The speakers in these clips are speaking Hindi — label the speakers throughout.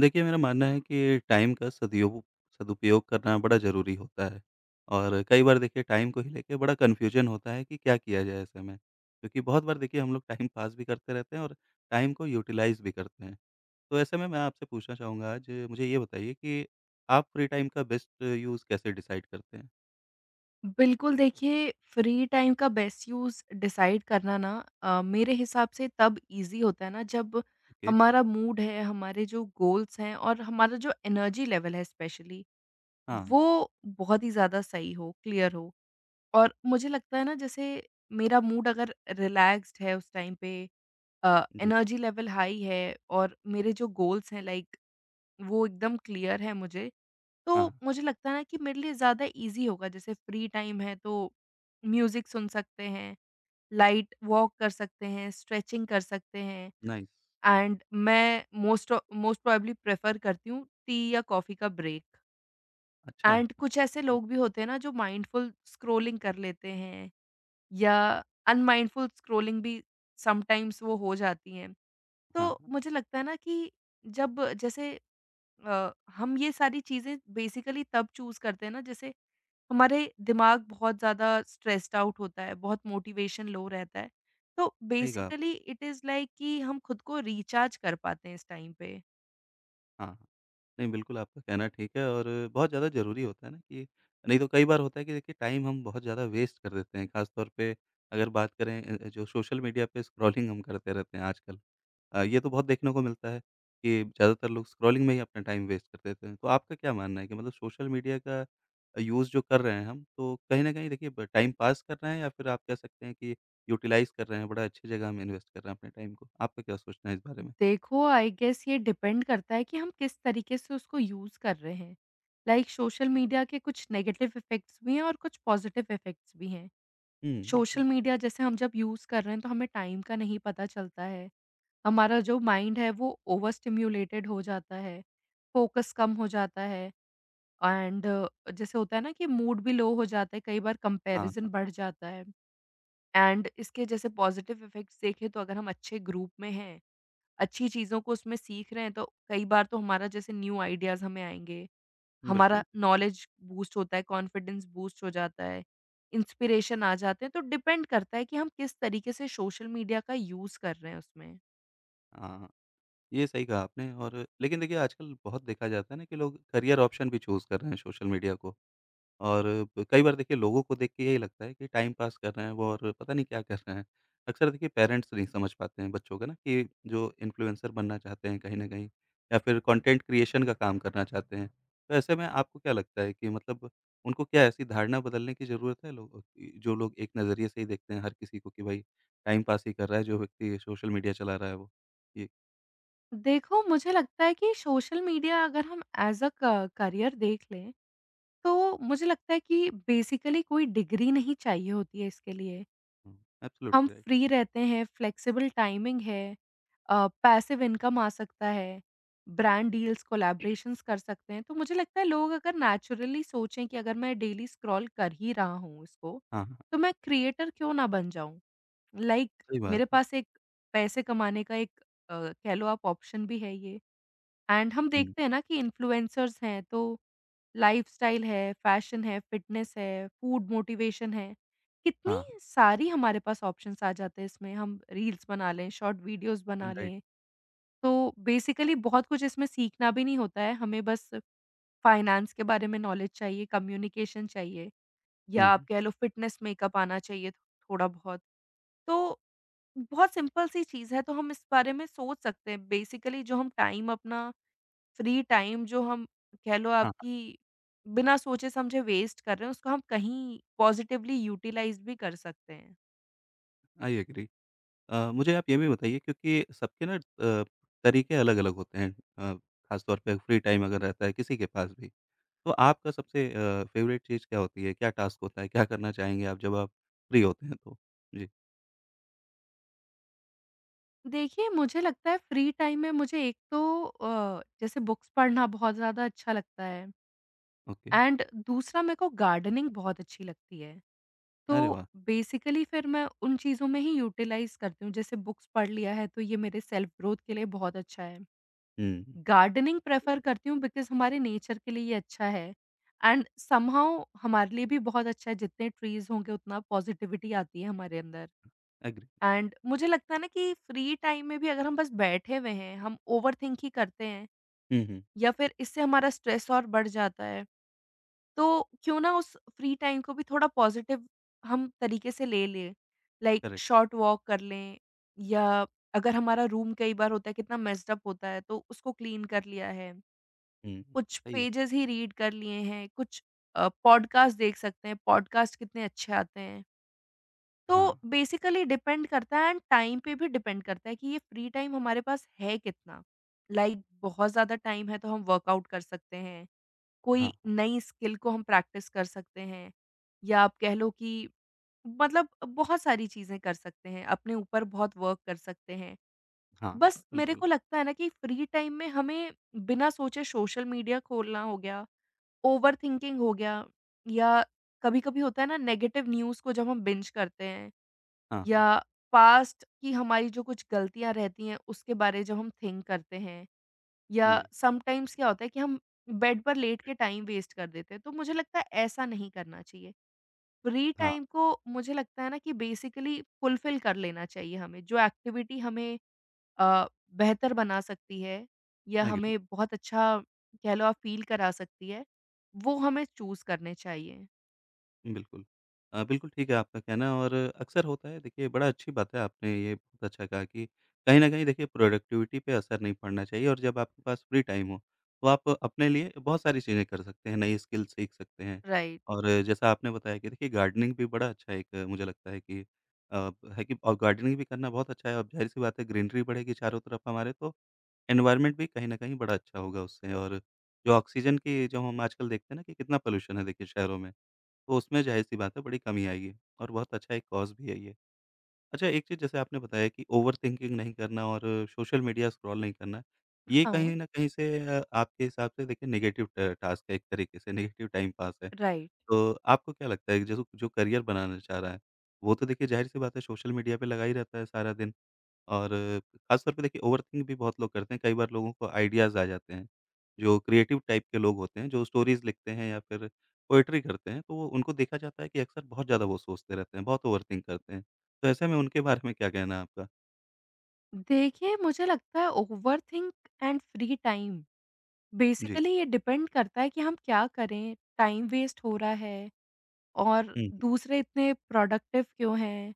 Speaker 1: देखिए, मेरा मानना है कि टाइम का सदयोग सदुपयोग करना बड़ा ज़रूरी होता है और कई बार देखिए टाइम को ही लेके बड़ा कन्फ्यूजन होता है कि क्या किया जाए ऐसे में। क्योंकि बहुत बार देखिए हम लोग टाइम पास भी करते रहते हैं और टाइम को यूटिलाइज़ भी करते हैं। तो ऐसे में मैं आपसे पूछना चाहूँगा आज मुझे ये बताइए कि आप फ्री टाइम का बेस्ट यूज़ कैसे डिसाइड करते हैं?
Speaker 2: बिल्कुल, देखिए फ्री टाइम का बेस्ट यूज़ डिसाइड करना ना, मेरे हिसाब से तब ईज़ी होता है ना जब
Speaker 1: ओके,
Speaker 2: हमारा मूड है, हमारे जो गोल्स हैं और हमारा जो एनर्जी लेवल है, स्पेशली
Speaker 1: हाँ, हाँ।
Speaker 2: वो बहुत ही ज़्यादा सही हो, क्लियर हो। और मुझे लगता है ना, जैसे मेरा मूड अगर रिलैक्स्ड है उस टाइम पे,
Speaker 1: जी,
Speaker 2: एनर्जी लेवल हाई है और मेरे जो गोल्स हैं लाइक, वो एकदम क्लियर है मुझे। तो
Speaker 1: हाँ,
Speaker 2: मुझे लगता है ना कि मेरे लिए ज़्यादा ईज़ी होगा, जैसे फ्री टाइम है तो म्यूज़िक सुन सकते हैं, लाइट वॉक कर सकते हैं, स्ट्रेचिंग कर सकते हैं।
Speaker 1: नाइस।
Speaker 2: एंड मैं मोस्ट प्रोबेबली प्रेफ़र करती हूँ टी या कॉफ़ी का ब्रेक।
Speaker 1: अच्छा,
Speaker 2: एंड कुछ ऐसे
Speaker 1: अ,
Speaker 2: लोग भी होते हैं ना जो माइंडफुल स्क्रॉलिंग कर लेते हैं, या अनमाइंडफुल स्क्रॉलिंग भी समटाइम्स वो हो जाती हैं।
Speaker 1: हाँ,
Speaker 2: तो
Speaker 1: हाँ,
Speaker 2: मुझे लगता है ना कि जब जैसे हम ये सारी चीज़ें बेसिकली तब चूज़ करते हैं ना, जैसे हमारे दिमाग बहुत ज़्यादा स्ट्रेस्ड आउट होता है, बहुत मोटिवेशन लो रहता है। तो
Speaker 1: सही कहा आपने।
Speaker 2: बेसिकली इट इज़ लाइक कि हम खुद को रिचार्ज कर पाते हैं इस टाइम पे।
Speaker 1: हाँ, हाँ, नहीं बिल्कुल आपका कहना ठीक है और बहुत ज़्यादा ज़रूरी होता है ना कि नहीं तो कई बार होता है कि देखिए टाइम हम बहुत ज़्यादा वेस्ट कर देते हैं, ख़ास तौर पे अगर बात करें जो सोशल मीडिया पे स्क्रॉलिंग हम करते रहते हैं आजकल। ये तो बहुत देखने को मिलता है कि ज़्यादातर लोग स्क्रॉलिंग में ही अपना टाइम वेस्ट कर देते हैं। तो आपका क्या मानना है कि मतलब सोशल मीडिया का यूज़ जो कर रहे हैं हम, तो कहीं न कहीं देखिए ब टाइम पास कर रहे हैं या फिर आप कह सकते हैं कि यूटिलाइज़ कर रहे हैं, बड़ा अच्छी जगह हम इन्वेस्ट कर रहे हैं अपने टाइम को? आपका क्या सोचना है इस बारे में?
Speaker 2: देखो, आई गेस ये डिपेंड करता है कि हम किस तरीके से उसको यूज़ कर रहे हैं। लाइक, सोशल मीडिया के कुछ नेगेटिव इफ़ेक्ट्स भी हैं और कुछ पॉज़िटिव इफ़ेक्ट्स भी हैं।
Speaker 1: हुँ,
Speaker 2: सोशल
Speaker 1: बिल्कुल।
Speaker 2: मीडिया जैसे हम जब यूज़ कर रहे हैं तो हमें टाइम का नहीं पता चलता है। हमारा जो माइंड है वो ओवर स्टिम्युलेटेड हो जाता है, फ़ोकस कम हो जाता है। एंड जैसे होता है ना कि मूड भी लो हो जाता है, कई बार
Speaker 1: हाँ,
Speaker 2: कंपैरिज़न
Speaker 1: हाँ।
Speaker 2: बढ़ जाता है। एंड इसके जैसे पॉज़िटिव इफ़ेक्ट्स देखें, तो अगर हम अच्छे ग्रुप में हैं, अच्छी चीज़ों को उसमें सीख रहे हैं, तो कई बार तो हमारा जैसे न्यू आइडियाज़ हमें आएँगे, हमारा
Speaker 1: बिल्कुल।
Speaker 2: नॉलेज बूस्ट होता है, कॉन्फिडेंस बूस्ट हो जाता है, इंस्पिरेशन आ जाते हैं। तो डिपेंड करता है कि हम किस तरीके से सोशल मीडिया का यूज़ कर रहे हैं उसमें।
Speaker 1: हाँ, ये सही कहा आपने और लेकिन देखिए आजकल बहुत देखा जाता है ना कि लोग करियर ऑप्शन भी चूज़ कर रहे हैं सोशल मीडिया को और कई बार देखिए लोगों को देख के यही लगता है कि टाइम पास कर रहे हैं वो और पता नहीं क्या कर रहे हैं। अक्सर देखिए पेरेंट्स नहीं समझ पाते हैं बच्चों का ना कि जो इन्फ्लुएंसर बनना चाहते हैं कहीं न कहीं या फिर कंटेंट क्रिएशन का काम करना चाहते हैं। तो ऐसे में आपको क्या लगता है कि मतलब उनको क्या ऐसी धारणा बदलने की ज़रूरत है लोगों की जो लोग एक नज़रिए से ही देखते हैं हर किसी को कि भाई टाइम पास ही कर रहा है जो व्यक्ति सोशल मीडिया चला रहा है वो?
Speaker 2: देखो, मुझे लगता है कि सोशल मीडिया अगर हम एज़ अ क करियर देख लें, तो मुझे लगता है कि बेसिकली कोई डिग्री नहीं चाहिए होती है इसके लिए।
Speaker 1: हुँ,
Speaker 2: हम
Speaker 1: एब्सोल्युटली राइट।
Speaker 2: फ्री रहते हैं, फ्लेक्सिबल टाइमिंग है, पैसिव इनकम आ सकता है, ब्रांड डील्स, कोलैबोरेशंस कर सकते हैं। तो मुझे लगता है लोग अगर नेचुरली सोचें कि अगर मैं डेली स्क्रॉल कर ही रहा हूँ इसको,
Speaker 1: हाँ, हाँ,
Speaker 2: तो मैं क्रिएटर क्यों ना बन जाऊँ? लाइक,
Speaker 1: सही बात
Speaker 2: मेरे
Speaker 1: है।
Speaker 2: पास एक पैसे कमाने का एक, कह लो आप, ऑप्शन भी है ये। एंड हम
Speaker 1: हुँ,
Speaker 2: देखते हैं ना कि इन्फ्लुएंसर्स हैं, तो लाइफस्टाइल है, फैशन है, फिटनेस है, फूड मोटिवेशन है, कितनी
Speaker 1: हाँ,
Speaker 2: सारी हमारे पास ऑप्शंस आ जाते हैं इसमें। हम रील्स बना लें, शॉर्ट वीडियोज़
Speaker 1: हाँ,
Speaker 2: बना
Speaker 1: राइट।
Speaker 2: लें, तो बेसिकली बहुत कुछ इसमें सीखना भी नहीं होता है, हमें बस फाइनेंस के बारे में नॉलेज चाहिए, कम्युनिकेशन चाहिए,
Speaker 1: हुँ,
Speaker 2: या आप
Speaker 1: हुँ,
Speaker 2: कह लो फिटनेस, मेकअप आना चाहिए थोड़ा बहुत। तो बहुत सिंपल सी चीज़ है, तो हम इस बारे में सोच सकते हैं, बेसिकली जो हम टाइम अपना, फ्री टाइम जो हम, कह लो
Speaker 1: हाँ,
Speaker 2: आपकी, बिना सोचे-समझे वेस्ट कर रहे हैं, उसको हम कहीं पॉज़िटिवली यूटिलाइज़ भी कर सकते हैं।
Speaker 1: हाँ, आई एग्री। मुझे आप ये भी बताइए क्योंकि सबके ना अ, तरीके अलग-अलग होते हैं अ, ख़ासतौर पे फ्री टाइम अगर रहता है किसी के पास भी। तो आपका सबसे फ़ेवरेट चीज़ क्या होती है? क्या टास्क होता है? क्या करना चाहेंगे आप जब आप फ्री होते हैं तो? जी,
Speaker 2: देखिए, मुझे लगता है फ्री टाइम में मुझे एक तो, जैसे बुक्स पढ़ना बहुत ज़्यादा अच्छा लगता है,
Speaker 1: ओके।
Speaker 2: एंड दूसरा मेरे को गार्डनिंग बहुत अच्छी लगती है। तो
Speaker 1: अरे वाह!
Speaker 2: बेसिकली फिर मैं उन चीज़ों में ही यूटिलाइज़ करती हूँ। जैसे बुक्स पढ़ लिया है, तो ये मेरे सेल्फ ग्रोथ के लिए बहुत अच्छा है।
Speaker 1: हुँ,
Speaker 2: गार्डनिंग प्रेफ़र करती हूँ बिकॉज़ हमारे नेचर के लिए ये अच्छा है। एंड समहाउ हमारे लिए भी बहुत अच्छा है, जितने ट्रीज़ होंगे उतना पॉज़िटिविटी आती है हमारे अंदर।
Speaker 1: एग्री।
Speaker 2: एंड मुझे लगता है ना कि फ्री टाइम में भी अगर हम बस बैठे हुए हैं, हम ओवरथिंक ही करते हैं,
Speaker 1: हुँ, हुँ,
Speaker 2: या फिर इससे हमारा स्ट्रेस और बढ़ जाता है। तो क्यों ना उस फ्री टाइम को भी थोड़ा पॉज़िटिव हम तरीके से ले लें, लाइक
Speaker 1: करेक्ट।
Speaker 2: शॉर्ट वॉक कर लें, या अगर हमारा रूम कई बार होता है कितना मेस्ड अप होता है तो उसको क्लीन कर लिया है।
Speaker 1: हुँ, हुँ,
Speaker 2: कुछ
Speaker 1: सही है।
Speaker 2: पेजेज़ ही रीड कर लिए हैं, कुछ, पॉडकास्ट देख सकते हैं, पॉडकास्ट कितने अच्छे आते हैं।
Speaker 1: हाँ,
Speaker 2: तो बेसिकली डिपेंड करता है, एंड टाइम पे भी डिपेंड करता है कि ये फ्री टाइम हमारे पास है कितना। लाइक, बहुत ज़्यादा टाइम है तो हम वर्कआउट कर सकते हैं,
Speaker 1: हाँ,
Speaker 2: कोई
Speaker 1: हाँ,
Speaker 2: नई स्किल को हम प्रैक्टिस कर सकते हैं, या आप कह लो कि मतलब बहुत सारी चीज़ें कर सकते हैं, अपने ऊपर बहुत वर्क कर सकते हैं।
Speaker 1: हाँ, हाँ,
Speaker 2: बस मेरे
Speaker 1: बिल्कुल।
Speaker 2: को लगता है ना कि फ्री टाइम में हमें बिना सोचे सोशल मीडिया खोलना हो गया, ओवरथिंकिंग हो गया, या कभी-कभी होता है ना, नेगेटिव न्यूज़ को जब हम बिंज करते हैं,
Speaker 1: हाँ,
Speaker 2: या
Speaker 1: हाँ,
Speaker 2: पास्ट की हमारी जो कुछ गलतियाँ रहती हैं उसके बारे जब हम थिंक करते हैं, या
Speaker 1: जी,
Speaker 2: समटाइम्स क्या होता है कि हम बेड पर लेट के टाइम वेस्ट कर देते हैं, तो मुझे लगता है ऐसा नहीं करना चाहिए। फ्री
Speaker 1: हाँ,
Speaker 2: टाइम को मुझे लगता है ना कि बेसिकली फुलफिल कर लेना चाहिए हमें, जो एक्टिविटी हमें अ, बेहतर बना सकती है, या
Speaker 1: एग्री।
Speaker 2: हमें बहुत अच्छा, कह लो आप, फ़ील करा सकती है, वो हमें चूज़ करने चाहिए।
Speaker 1: बिल्कुल। बिल्कुल ठीक है आपका कहना और अक्सर होता है देखिए बड़ा अच्छी बात है आपने ये बहुत अच्छा कहा कि कहीं न कहीं देखिए प्रोडक्टिविटी पे असर नहीं पड़ना चाहिए और जब आपके पास फ्री टाइम हो, तो आप अपने लिए बहुत सारी चीज़ें कर सकते हैं, नई स्किल सीख सकते हैं।
Speaker 2: राइट।
Speaker 1: और जैसा आपने बताया कि देखिए गार्डनिंग भी बड़ा अच्छा एक मुझे लगता है कि अ, है कि और गार्डनिंग भी करना बहुत अच्छा है और ज़ाहिर-सी बात है ग्रीनरी बढ़ेगी चारों तरफ हमारे तो एनवायरनमेंट भी कहीं न कहीं बड़ा अच्छा होगा उससे और जो ऑक्सीजन की जो हम आजकल देखते हैं ना कि कितना पॉल्यूशन है देखिए शहरों में। तो उसमें ज़ाहिर-सी बात है बड़ी कमी आएगी और बहुत अच्छा एक कॉज़ भी है ये। अच्छा एक चीज़ जैसे आपने बताया कि ओवरथिंकिंग नहीं करना और सोशल मीडिया स्क्रॉल नहीं करना, ये
Speaker 2: हाँ,
Speaker 1: कहीं न कहीं से आपके हिसाब से देखिए नेगेटिव ट टास्क है एक तरीके से, नेगेटिव टाइम पास है।
Speaker 2: राइट।
Speaker 1: तो आपको क्या लगता है कि जैसे जो करियर बनाना चाह रहा है, वो तो देखिए ज़ाहिर-सी बात है सोशल मीडिया पे लगा ही रहता है सारा दिन। और ख़ास तौर पे देखिए ओवरथिंक भी बहुत लोग करते हैं, कई बार लोगों को आइडियाज़ आ जाते हैं। जो क्रिएटिव टाइप के लोग होते हैं, जो स्टोरीज़ लिखते हैं या फिर पोएट्री करते हैं, तो वो उनको देखा जाता है कि अक्सर बहुत ज़्यादा वो सोचते रहते हैं, बहुत ओवरथिंक करते हैं। तो ऐसे में उनके बारे में क्या कहना है आपका?
Speaker 2: देखिए, मुझे लगता है ओवरथिंक एंड फ्री टाइम,
Speaker 1: जी।
Speaker 2: बेसिकली ये डिपेंड करता है कि हम क्या करें, टाइम वेस्ट हो रहा है और
Speaker 1: हुँ, हुँ।
Speaker 2: दूसरे इतने प्रोडक्टिव क्यों हैं?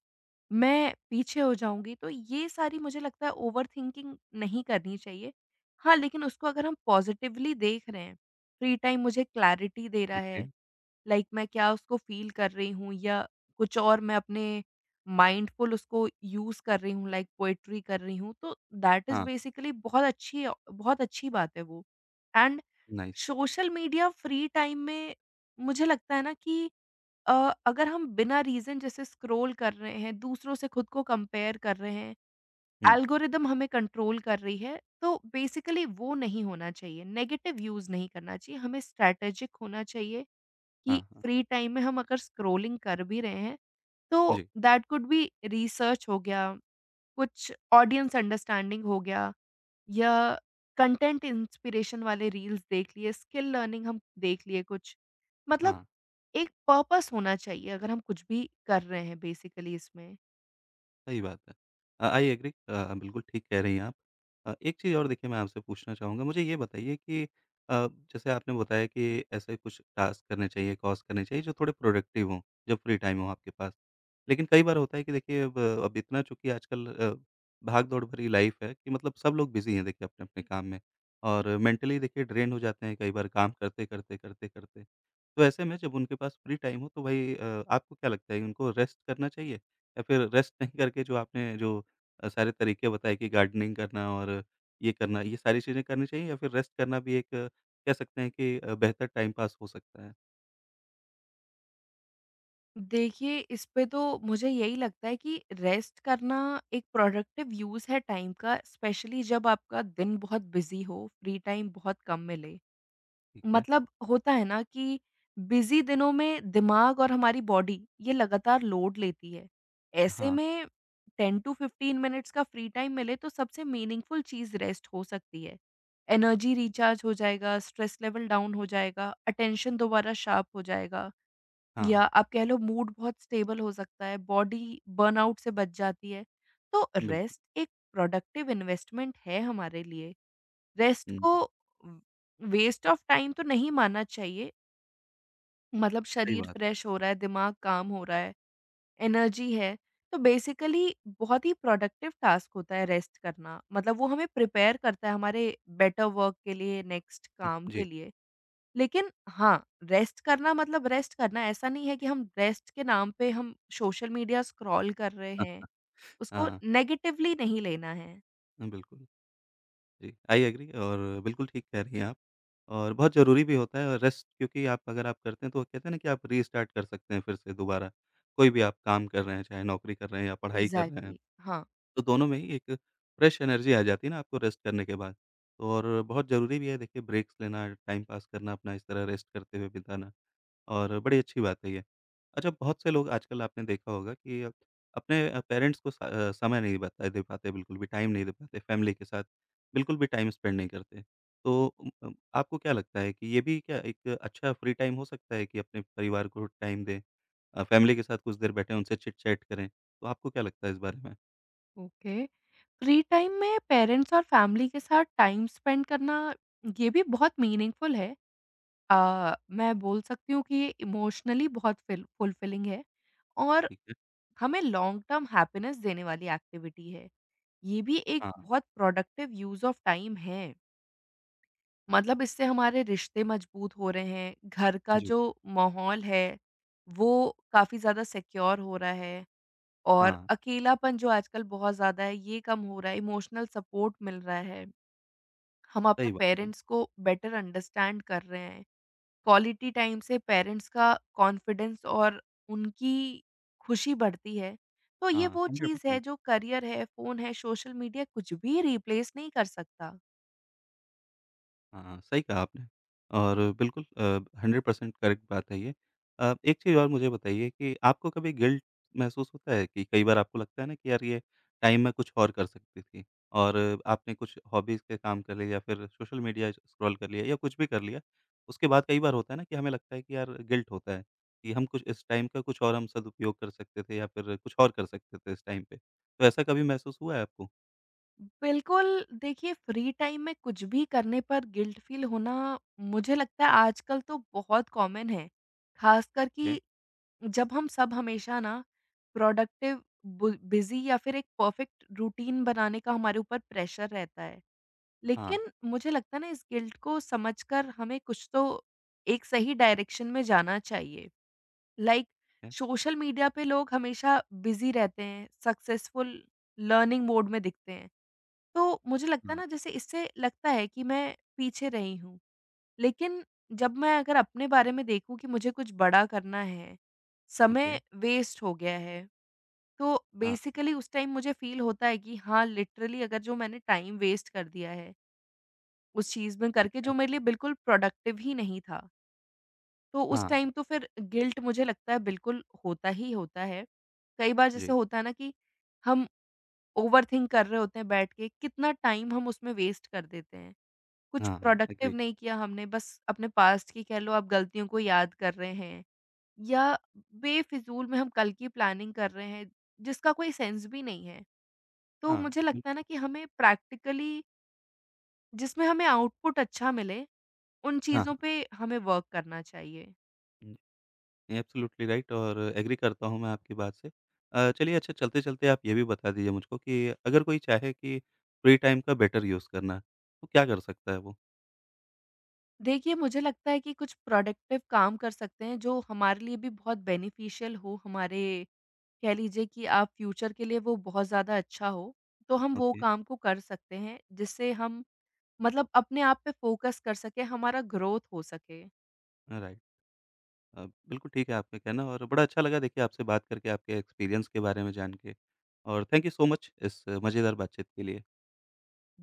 Speaker 2: मैं पीछे हो जाऊँगी, तो ये सारी मुझे लगता है ओवरथिंकिंग नहीं करनी चाहिए। हाँ, लेकिन उसको अगर हम पॉज़िटिवली देख रहे हैं, फ्री टाइम मुझे क्लैरिटी दे रहा
Speaker 1: ओके।
Speaker 2: है, लाइक मैं क्या उसको फ़ील कर रही हूँ, या कुछ और मैं अपने माइंडफुल उसको यूज़ कर रही हूँ, लाइक पोएट्री कर रही हूँ, तो दैट इज़
Speaker 1: हाँ,
Speaker 2: बेसिकली बहुत अच्छी बात है वो। And
Speaker 1: nice.
Speaker 2: Social media free time में मुझे लगता है ना कि, अ, अगर हम बिना रीज़न जैसे स्क्रॉल कर रहे हैं, दूसरों से खुद को कंपेयर कर रहे हैं,
Speaker 1: हुँ।
Speaker 2: एल्गोरिदम हमें कंट्रोल कर रही है, तो बेसिकली वो नहीं होना चाहिए। नेगेटिव यूज़ नहीं करना चाहिए, हमें स्ट्रैटेजिक होना चाहिए कि
Speaker 1: हाँ, हाँ।
Speaker 2: फ्री टाइम में हम अगर स्क्रॉलिंग कर भी रहे हैं, तो
Speaker 1: जी।
Speaker 2: दैट कुड बी रिसर्च हो गया, कुछ ऑडियंस अंडरस्टैंडिंग हो गया, या कंटेंट इंस्पिरेशन वाले रील्स देख लिए, स्किल लर्निंग हम देख लिए कुछ। मतलब
Speaker 1: हाँ।
Speaker 2: एक पर्पस होना चाहिए, अगर हम कुछ भी कर रहे हैं बेसिकली इसमें।
Speaker 1: सही बात है। आई एग्री बिल्कुल ठीक कह रही हैं आप। एक चीज़ और देखिए मैं आपसे पूछना चाहूँगा, मुझे ये बताइए कि अ, जैसे आपने बताया कि ऐसे कुछ टास्क करने चाहिए, कॉज़ करने चाहिए जो थोड़े प्रोडक्टिव हों, जब फ्री टाइम हो आपके पास। लेकिन कई बार होता है कि देखिए अब इतना चूँकि आजकल भाग-दौड़ भरी लाइफ़ है कि मतलब सब लोग बिज़ी हैं देखिए अपने-अपने काम में और मेंटली देखिए ड्रेन हो जाते हैं कई बार काम करते-करते, करते-करते। तो ऐसे में जब उनके पास फ्री टाइम हो तो भई आपको क्या लगता है उनको रेस्ट करना चाहिए? या फिर रेस्ट नहीं करके जो आपने जो सारे तरीके बताए कि गार्डनिंग करना और ये करना, ये सारी चीज़ें करनी चाहिए या फिर रेस्ट करना भी एक कह सकते हैं कि बेहतर टाइम पास हो सकता है?
Speaker 2: देखिए, इस पे तो मुझे यही लगता है कि रेस्ट करना एक प्रोडक्टिव यूज़ है टाइम का, स्पेशली जब आपका दिन बहुत बिज़ी हो, फ्री टाइम बहुत कम मिले।
Speaker 1: ठीक है।
Speaker 2: मतलब होता है ना कि बिजी दिनों में दिमाग और हमारी बॉडी ये लगातार लोड लेती है। ऐसे
Speaker 1: हाँ,
Speaker 2: में 10 टू 15 मिनट्स का फ्री टाइम मिले तो सबसे मीनिंगफुल चीज़ रेस्ट हो सकती है। एनर्जी रिचार्ज हो जाएगा, स्ट्रेस लेवल डाउन हो जाएगा, अटेंशन दोबारा शार्प हो जाएगा,
Speaker 1: हाँ,
Speaker 2: या आप कह लो मूड बहुत स्टेबल हो सकता है, बॉडी बर्नआउट से बच जाती है। तो
Speaker 1: बिल्कुल।
Speaker 2: रेस्ट एक प्रोडक्टिव इन्वेस्टमेंट है हमारे लिए। रेस्ट
Speaker 1: हुँ,
Speaker 2: को वेस्ट ऑफ टाइम तो नहीं मानना चाहिए, मतलब
Speaker 1: सही
Speaker 2: शरीर
Speaker 1: बात।
Speaker 2: फ्रेश हो रहा है, दिमाग काम हो रहा है, एनर्जी है, तो बेसिकली बहुत ही प्रोडक्टिव टास्क होता है रेस्ट करना। मतलब वो हमें प्रिपेयर करता है हमारे बेटर वर्क के लिए, नेक्स्ट
Speaker 1: हुँ,
Speaker 2: काम के
Speaker 1: जी।
Speaker 2: लिए। लेकिन हाँ, रेस्ट करना मतलब रेस्ट करना, ऐसा नहीं है कि हम रेस्ट के नाम पे हम सोशल मीडिया स्क्रॉल कर रहे
Speaker 1: हाँ,
Speaker 2: हैं,
Speaker 1: हाँ
Speaker 2: उसको नेगेटिवली नहीं लेना है।
Speaker 1: हाँ, बिल्कुल। जी, आई एग्री और बिल्कुल ठीक कह रही हैं आप और बहुत ज़रूरी भी होता है और रेस्ट क्योंकि आप अगर आप करते हैं तो कहते हैं ना कि आप रीस्टार्ट कर सकते हैं फिर से दोबारा। कोई भी आप काम कर रहे हैं, चाहे नौकरी कर रहे हैं या पढ़ाई कर रहे हैं।
Speaker 2: एग्ज़ैक्टली, हाँ।
Speaker 1: तो दोनों में ही एक फ्रेश एनर्जी आ जाती है ना आपको रेस्ट करने के बाद। तो और बहुत ज़रूरी भी है देखिए ब्रेक्स लेना, टाइम पास करना अपना इस तरह रेस्ट करते हुए बिताना और बड़ी अच्छी बात है ये। अच्छा बहुत से लोग आजकल आपने देखा होगा कि अपने पेरेंट्स को समय नहीं बता दे पाते बिल्कुल भी, टाइम नहीं दे पाते फैमिली के साथ, बिल्कुल भी टाइम स्पेंड नहीं करते। तो आपको क्या लगता है कि ये भी क्या एक अच्छा फ्री टाइम हो सकता है कि अपने परिवार को टाइम दें? फैमिली के साथ कुछ देर बैठें, उनसे चिट-चैट करें, तो आपको क्या लगता है इस बारे में?
Speaker 2: ओके। फ्री टाइम में पेरेंट्स और फैमिली के साथ टाइम स्पेंड करना, ये भी बहुत मीनिंगफुल है। मैं बोल सकती हूँ कि ये इमोशनली बहुत फिल फुलफिलिंग है, और
Speaker 1: ठीक।
Speaker 2: हमें लॉन्ग टर्म हैप्पीनेस देने वाली एक्टिविटी है। ये भी एक
Speaker 1: हाँ,
Speaker 2: बहुत प्रोडक्टिव यूज़ ऑफ टाइम है। मतलब इससे हमारे रिश्ते मजबूत हो रहे हैं, घर का
Speaker 1: जी,
Speaker 2: जो माहौल है वो काफ़ी ज़्यादा सिक्योर हो रहा है, और
Speaker 1: हाँ,
Speaker 2: अकेलापन जो आजकल बहुत ज़्यादा है, ये कम हो रहा है, इमोशनल सपोर्ट मिल रहा है। हम अपने
Speaker 1: सही बात है।
Speaker 2: पेरेंट्स को बेटर अंडरस्टैंड कर रहे हैं। क्वालिटी टाइम से पेरेंट्स का कॉन्फिडेंस और उनकी खुशी बढ़ती है। तो ये
Speaker 1: हाँ,
Speaker 2: वो चीज़ है
Speaker 1: 100%
Speaker 2: जो करियर है, फ़ोन है, सोशल मीडिया, कुछ भी रिप्लेस नहीं कर सकता।
Speaker 1: हाँ, सही कहा आपने और बिल्कुल 100% करेक्ट बात है ये। एक चीज़ और मुझे बताइए कि आपको कभी गिल्ट महसूस होता है कि कई बार आपको लगता है ना कि यार ये टाइम मैं कुछ और कर सकती थी और आपने कुछ हॉबीज़ के काम कर लिए या फिर सोशल मीडिया स्क्रॉल कर लिया या कुछ भी कर लिया, उसके बाद कई बार होता है ना कि हमें लगता है कि यार गिल्ट होता है कि हम कुछ इस टाइम का कुछ और हम सदुपयोग कर सकते थे या फिर कुछ और कर सकते थे इस टाइम पे। तो ऐसा कभी महसूस हुआ है आपको?
Speaker 2: बिल्कुल, देखिए फ्री टाइम में कुछ भी करने पर गिल्ट फ़ील होना मुझे लगता है आजकल तो बहुत कॉमन है। ख़ासकर कि जब हम सब हमेशा ना प्रोडक्टिव, बु बिज़ी, या फिर एक परफेक्ट रूटीन बनाने का हमारे ऊपर प्रेशर रहता है।
Speaker 1: हाँ,
Speaker 2: लेकिन मुझे लगता है ना, इस गिल्ट को समझकर हमें कुछ तो एक सही डायरेक्शन में जाना चाहिए। लाइक,
Speaker 1: ठीक है।
Speaker 2: सोशल मीडिया पे लोग हमेशा बिज़ी रहते हैं, सक्सेसफुल, लर्निंग मोड में दिखते हैं। तो मुझे लगता है
Speaker 1: हाँ,
Speaker 2: ना, जैसे इससे लगता है कि मैं पीछे रही हूँ। लेकिन जब मैं अगर अपने बारे में देखूँ कि मुझे कुछ बड़ा करना है,
Speaker 1: ओके,
Speaker 2: समय वेस्ट हो गया है, तो
Speaker 1: हाँ,
Speaker 2: बेसिकली उस टाइम मुझे फ़ील होता है कि हाँ, लिटरली अगर जो मैंने टाइम वेस्ट कर दिया है, उस चीज़ में
Speaker 1: ठीक
Speaker 2: करके
Speaker 1: है।
Speaker 2: जो मेरे लिए बिल्कुल प्रोडक्टिव ही नहीं था, तो उस
Speaker 1: हाँ,
Speaker 2: टाइम तो फिर गिल्ट मुझे लगता है बिल्कुल होता ही होता है। कई बार जैसे
Speaker 1: जी।
Speaker 2: होता है ना कि हम ओवरथिंक कर रहे होते हैं बैठ के, कितना टाइम हम उसमें वेस्ट कर देते हैं। कुछ
Speaker 1: हाँ, हाँ,
Speaker 2: प्रोडक्टिव
Speaker 1: एग्री।
Speaker 2: नहीं किया हमने, बस अपने पास्ट की, कह लो आप, गलतियों को याद कर रहे हैं, या बेफिज़ूल में हम कल की प्लानिंग कर रहे हैं, जिसका कोई सेंस भी नहीं है। तो
Speaker 1: हाँ,
Speaker 2: मुझे लगता है ना
Speaker 1: बिल्कुल।
Speaker 2: कि हमें प्रैक्टिकली, जिसमें हमें आउटपुट अच्छा मिले, उन
Speaker 1: हाँ, हाँ,
Speaker 2: चीज़ों पे हमें वर्क करना चाहिए।
Speaker 1: हुँ, एब्सोल्यूटली राइट और एग्री करता हूँ मैं आपकी बात से। चलिए अच्छा चलते-चलते आप ये भी बता दीजिए मुझको कि अगर कोई चाहे कि फ्री टाइम का बेटर यूज़ करना, तो क्या कर सकता है वो?
Speaker 2: देखिए, मुझे लगता है कि कुछ प्रोडक्टिव काम कर सकते हैं जो हमारे लिए भी बहुत बेनिफिशियल हो, हमारे, कह लीजिए कि आप, फ्यूचर के लिए वो बहुत ज़्यादा अच्छा हो, तो हम वो
Speaker 1: ओके,
Speaker 2: काम को कर सकते हैं, जिससे हम मतलब अपने आप पे फ़ोकस कर सके, हमारा ग्रोथ हो सके।
Speaker 1: राइट। बिल्कुल ठीक है आपका कहना और बड़ा अच्छा लगा देखिए आपसे बात करके, आपके एक्सपीरियंस के बारे में जान के और थैंक यू सो मच इस मज़ेदार बातचीत के लिए।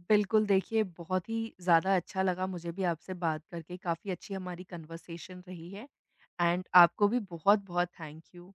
Speaker 2: बिल्कुल, देखिए बहुत ही ज़्यादा अच्छा लगा मुझे भी आपसे बात करके, काफ़ी अच्छी हमारी कन्वर्सेशन रही है, एंड आपको भी बहुत-बहुत थैंक यू।